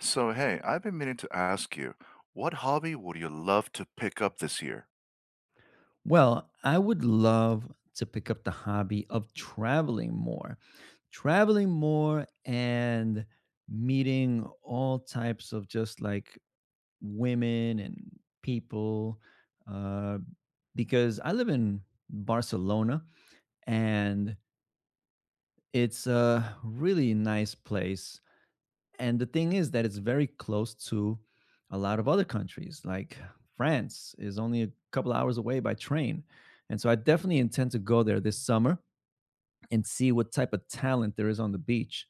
So, hey, I've been meaning to ask you, what hobby would you love to pick up this year? Well, I would love to pick up the hobby of traveling more. Traveling more and meeting all types of just like women and people. Uh, because I live in Barcelona and it's a really nice place. And the thing is that it's very close to a lot of other countries. Like France is only a couple hours away by train. And so I definitely intend to go there this summer and see what type of talent there is on the beach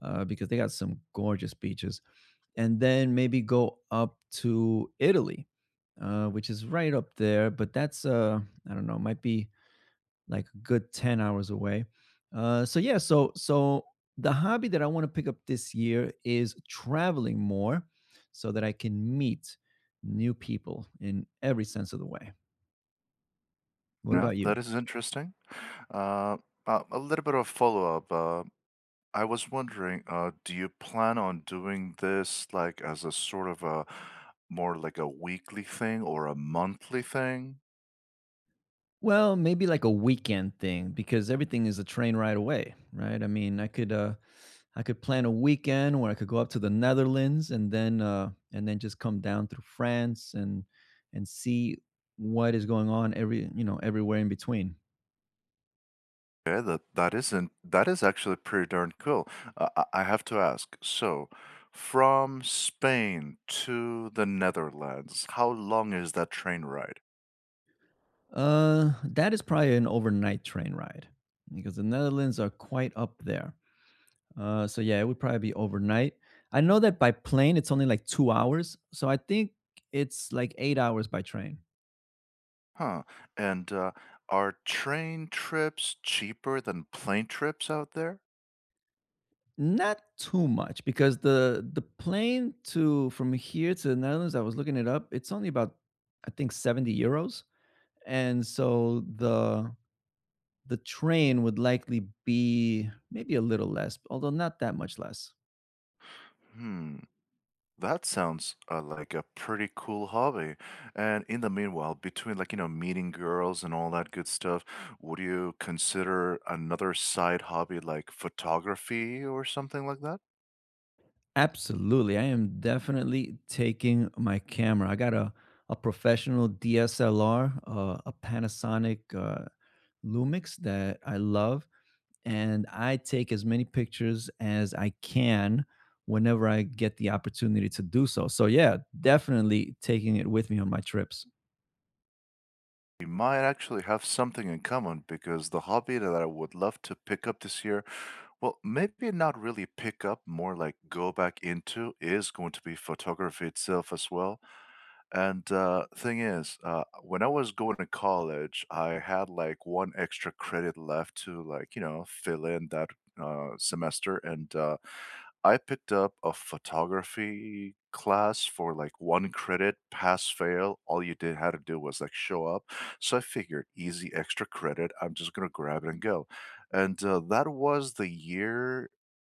because they got some gorgeous beaches. And then maybe go up to Italy, which is right up there. But that's, I don't know, might be like a good 10 hours away. So yeah, so the hobby that I want to pick up this year is traveling more so that I can meet new people in every sense of the way. What No, about you? that is interesting. Uh, a little bit of follow-up. I was wondering, do you plan on doing this like as a sort of a more like a weekly thing or a monthly thing? Well, maybe like a weekend thing because everything is a train ride away, right? I mean, I could plan a weekend where I could go up to the Netherlands and then just come down through France and see what is going on everywhere in between. Yeah, that that isn't that is actually pretty darn cool. I have to ask. So, from Spain to the Netherlands, how long is that train ride? That is probably an overnight train ride because the Netherlands are quite up there. So yeah, it would probably be overnight. I know that by plane it's only like 2 hours, so I think it's like 8 hours by train. Huh, and, are train trips cheaper than plane trips out there? Not too much because the plane to from here to the Netherlands, I was looking it up. It's only about I think 70 euros, and so the train would likely be maybe a little less, although not that much less. Hmm, that sounds, like a pretty cool hobby, and in the meanwhile, between, meeting girls and all that good stuff, would you consider another side hobby like photography or something like that? Absolutely. I am definitely taking my camera. I got a professional DSLR, a Panasonic Lumix that I love. And I take as many pictures as I can whenever I get the opportunity to do so. So, yeah, definitely taking it with me on my trips. We might actually have something in common because the hobby that I would love to pick up this year, well, maybe not really pick up, more like go back into, is going to be photography itself as well. And Thing is, when I was going to college, I had like one extra credit left to fill in that semester. And I picked up a photography class for like one credit, pass fail. All you did had to do was like show up. So I figured easy extra credit. I'm just going to grab it and go, and that was the year,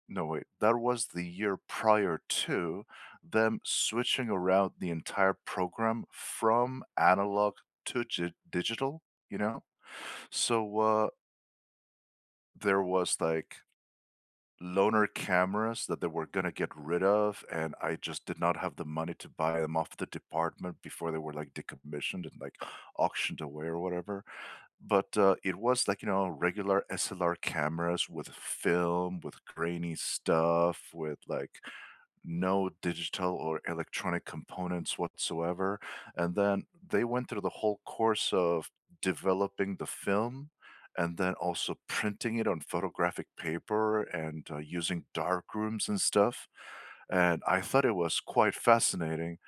no, wait. That was the year prior to them switching around the entire program from analog to gi digital, you know? So, there was, like, loaner cameras that they were gonna get rid of, and I just did not have the money to buy them off the department before they were, like, decommissioned and, like, auctioned away or whatever. But, it was like, you know, regular SLR cameras with film, with grainy stuff, with, like, no digital or electronic components whatsoever. And then they went through the whole course of developing the film and then also printing it on photographic paper and using dark rooms and stuff. And I thought it was quite fascinating.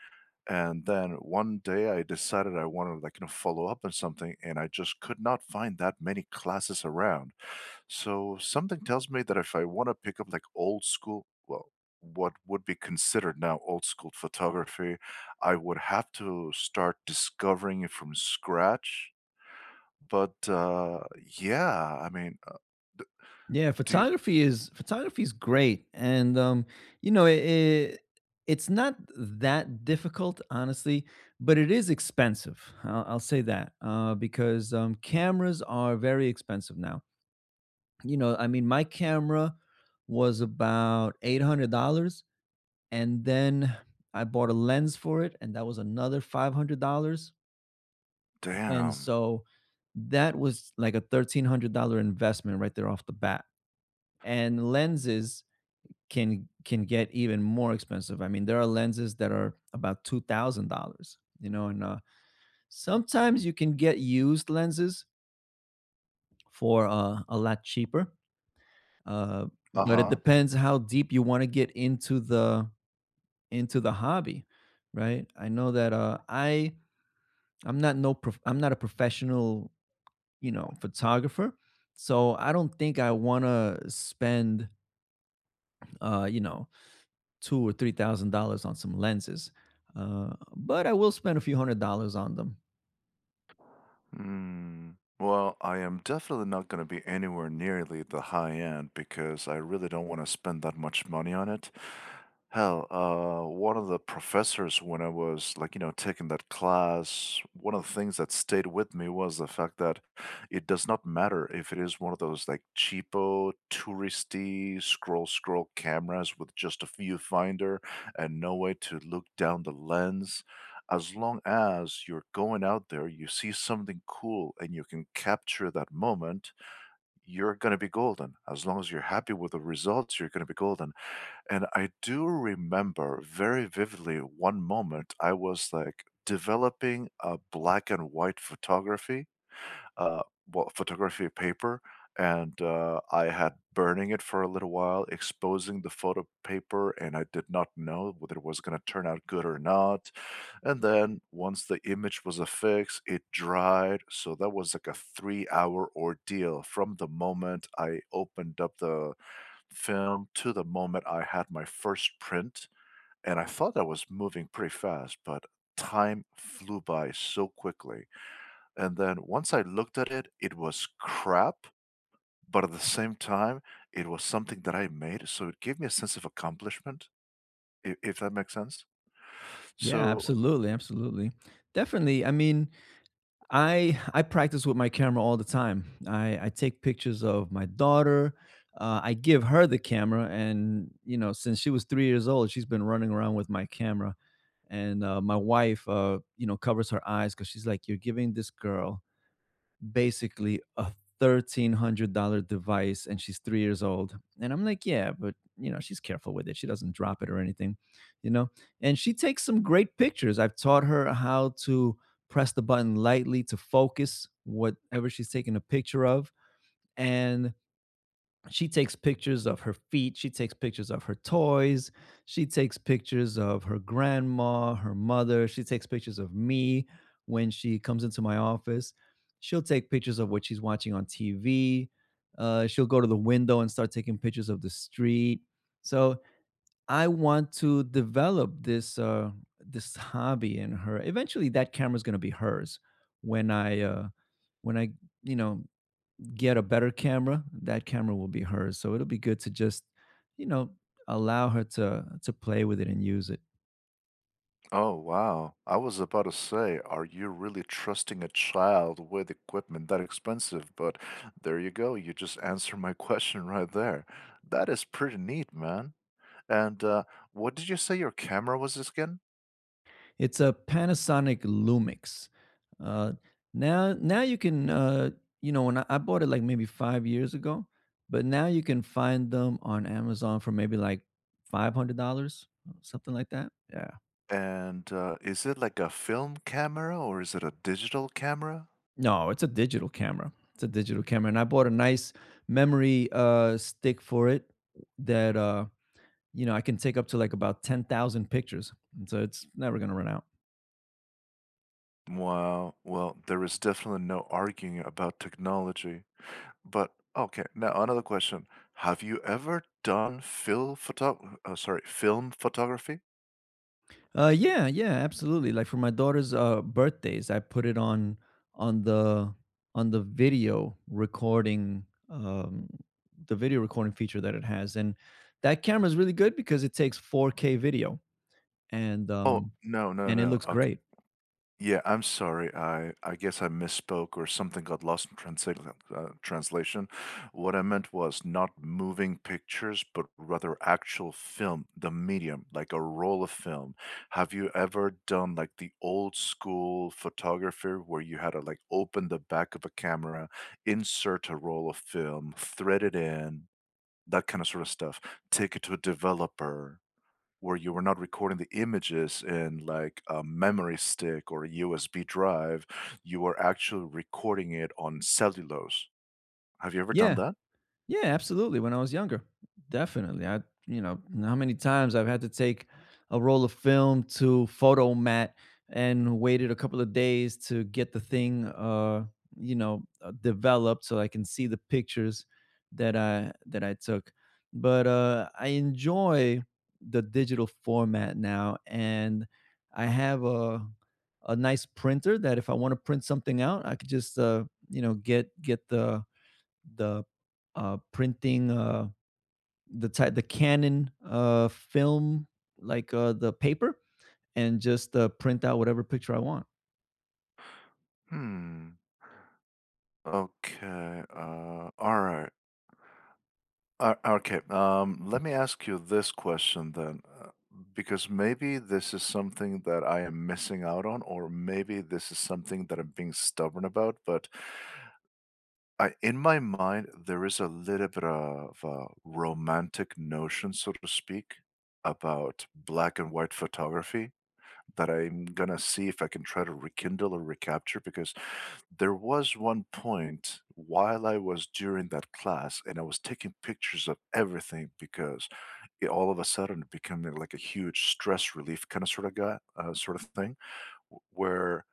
And then one day I decided I wanted to like you know follow up on something, and I just could not find that many classes around. So something tells me that if I want to pick up like old school, well, what would be considered now old school photography, I would have to start discovering it from scratch. But yeah, I mean, d- Yeah, do you, photography is great, and you know, it's not that difficult, honestly, but it is expensive. I'll say that because cameras are very expensive now. You know, I mean, my camera was about $800, and then I bought a lens for it, and that was another $500, and Damn. so that was like a $1,300 investment right there off the bat. And lenses can get even more expensive. I mean, there are lenses that are about $2,000, you know, and sometimes you can get used lenses for a lot cheaper. Uh, but it Uh-huh. depends how deep you want to get into the hobby, right? I know that I'm not a professional, you know, photographer, so I don't think I want to spend, uh, you know, two or three thousand dollars on some lenses, but I will spend a few hundred dollars on them. Hmm. Well, I am definitely not going to be anywhere nearly the high end because I really don't want to spend that much money on it. Hell, one of the professors when I was taking that class, one of the things that stayed with me was the fact that it does not matter if it is one of those like cheapo, touristy scroll cameras with just a viewfinder and no way to look down the lens, as long as you're going out there, you see something cool and you can capture that moment, you're going to be golden. As long as you're happy with the results, you're going to be golden. And I do remember very vividly one moment I was like developing a black and white uh, photography paper, and I had burning it for a little while, exposing the photo paper, and I did not know whether it was going to turn out good or not. And then once the image was affixed, it dried. So that was like a 3 hour ordeal from the moment I opened up the film to the moment I had my first print. And I thought I was moving pretty fast, but time flew by so quickly. And then once I looked at it, it was crap, but at the same time, it was something that I made, so it gave me a sense of accomplishment, if that makes sense. Yeah, So absolutely, absolutely, definitely. I mean, I practice with my camera all the time. I take pictures of my daughter. I give her the camera, and since she was 3 years old, she's been running around with my camera. And my wife, covers her eyes because she's like, "You're giving this girl basically a $1,300 device and she's 3 years old. And I'm like, yeah, but she's careful with it. She doesn't drop it or anything, you know? And she takes some great pictures. I've taught her how to press the button lightly to focus whatever she's taking a picture of. And she takes pictures of her feet. She takes pictures of her toys. She takes pictures of her grandma, her mother. She takes pictures of me when she comes into my office. She'll take pictures of what she's watching on tv. She'll go to the window and start taking pictures of the street. So I want to develop this hobby in her. Eventually that camera's going to be hers when i uh, when I you know get a better camera, that camera will be hers. So it'll be good to just, you know, allow her to play with it and use it. oh, wow, I was about to say, are you really trusting a child with equipment that expensive? But there you go, you just answered my question right there. That is pretty neat, man. And, what did you say your camera was again? It's a Panasonic Lumix. Uh, now, you can, when I bought it like maybe 5 years ago, but now you can find them on Amazon for maybe like $500, something like that. Yeah. And, is it like a film camera or is it a digital camera? No, it's a digital camera. It's a digital camera, and I bought a nice memory stick for it that I can take up to like about 10,000 pictures. And so it's never going to run out. Wow. Well, there is definitely no arguing about technology. But okay, now another question. Have you ever done film photography? Yeah, yeah, absolutely. Like for my daughter's birthdays, I put it on the on the video recording feature that it has, and that camera is really good because it takes 4K video and Oh, um, no, no, and it no. looks Okay. great. Yeah, I'm sorry. I guess I misspoke or something got lost in translation. What I meant was not moving pictures, but rather actual film, the medium, like a roll of film. Have you ever done like the old school photography where you had to like open the back of a camera, insert a roll of film, thread it in, that kind of sort of stuff, take it to a developer? Where you were not recording the images in, like, a memory stick or a USB drive, you were actually recording it on cellulose. Have you ever done Yeah, that? yeah, absolutely. When I was younger, definitely. How many times I've had to take a roll of film to photo mat and waited a couple of days to get the thing, developed so I can see the pictures that I took. But I enjoy the digital format now, and I have a nice printer that if I want to print something out, I could just get the printing the type the Canon film like the paper and just print out whatever picture I want. Hmm. Okay, alright. Okay, Let me ask you this question then, because maybe this is something that I am missing out on, or maybe this is something that I'm being stubborn about, but I, in my mind, there is a little bit of a romantic notion, so to speak, about black and white photography that I'm gonna see if I can try to rekindle or recapture because there was one point while I was during that class and I was taking pictures of everything because it all of a sudden became like a huge stress relief kind of sort of guy, sort of thing, where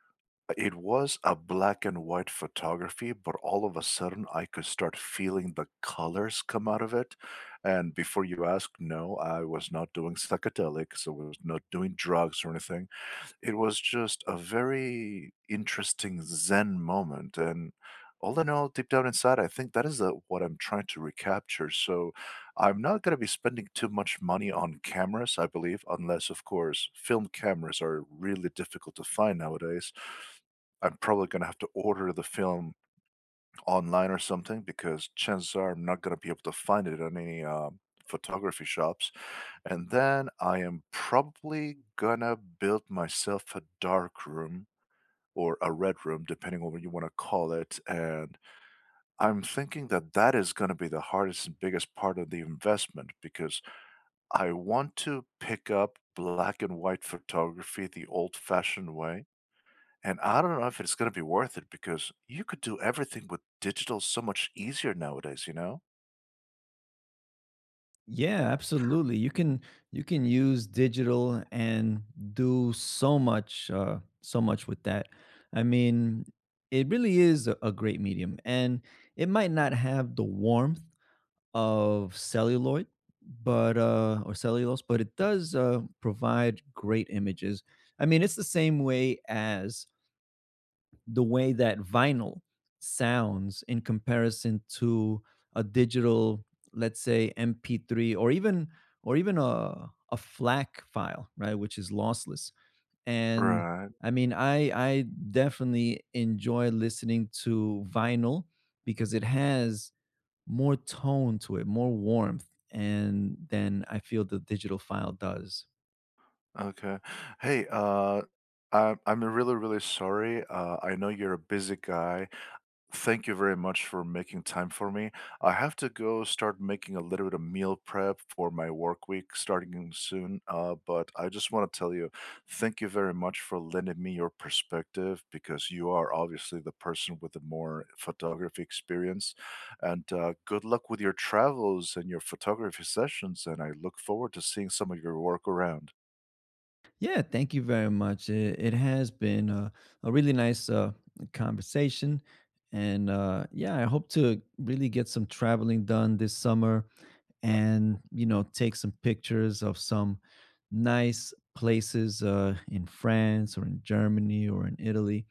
it was a black and white photography, but all of a sudden, I could start feeling the colors come out of it, and before you ask, no, I was not doing psychedelics, I was not doing drugs or anything. It was just a very interesting zen moment, and all in all, deep down inside, I think that is the what I'm trying to recapture, so I'm not gonna be spending too much money on cameras, I believe, unless, of course, film cameras are really difficult to find nowadays. I'm probably gonna have to order the film online or something because chances are I'm not gonna be able to find it on any, photography shops, and then I am probably gonna build myself a dark room or a red room, depending on what you wanna call it, and I'm thinking that that is gonna be the hardest and biggest part of the investment because I want to pick up black and white photography the old-fashioned way. And I don't know if it's gonna be worth it because you could do everything with digital so much easier nowadays, you know? Yeah, absolutely. You can use digital and do so much with that. I mean, it really is a great medium, and it might not have the warmth of celluloid, but or cellulose, but it does provide great images. I mean, it's the same way as the way that vinyl sounds in comparison to a digital, let's say MP3 or even a FLAC file, right, which is lossless. And Right. I mean, I definitely enjoy listening to vinyl because it has more tone to it, more warmth, and than I feel the digital file does. Okay. Hey, I'm really, really sorry. I know you're a busy guy. Thank you very much for making time for me. I have to go start making a little bit of meal prep for my work week starting soon. But I just want to tell you, thank you very much for lending me your perspective because you are obviously the person with the more photography experience. And Good luck with your travels and your photography sessions. And I look forward to seeing some of your work around. Yeah, thank you very much. It has been a really nice conversation. And yeah, I hope to really get some traveling done this summer and take some pictures of some nice places in France or in Germany or in Italy,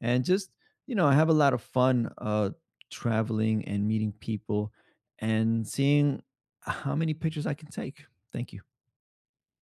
and just I have a lot of fun traveling and meeting people and seeing how many pictures I can take. Thank you.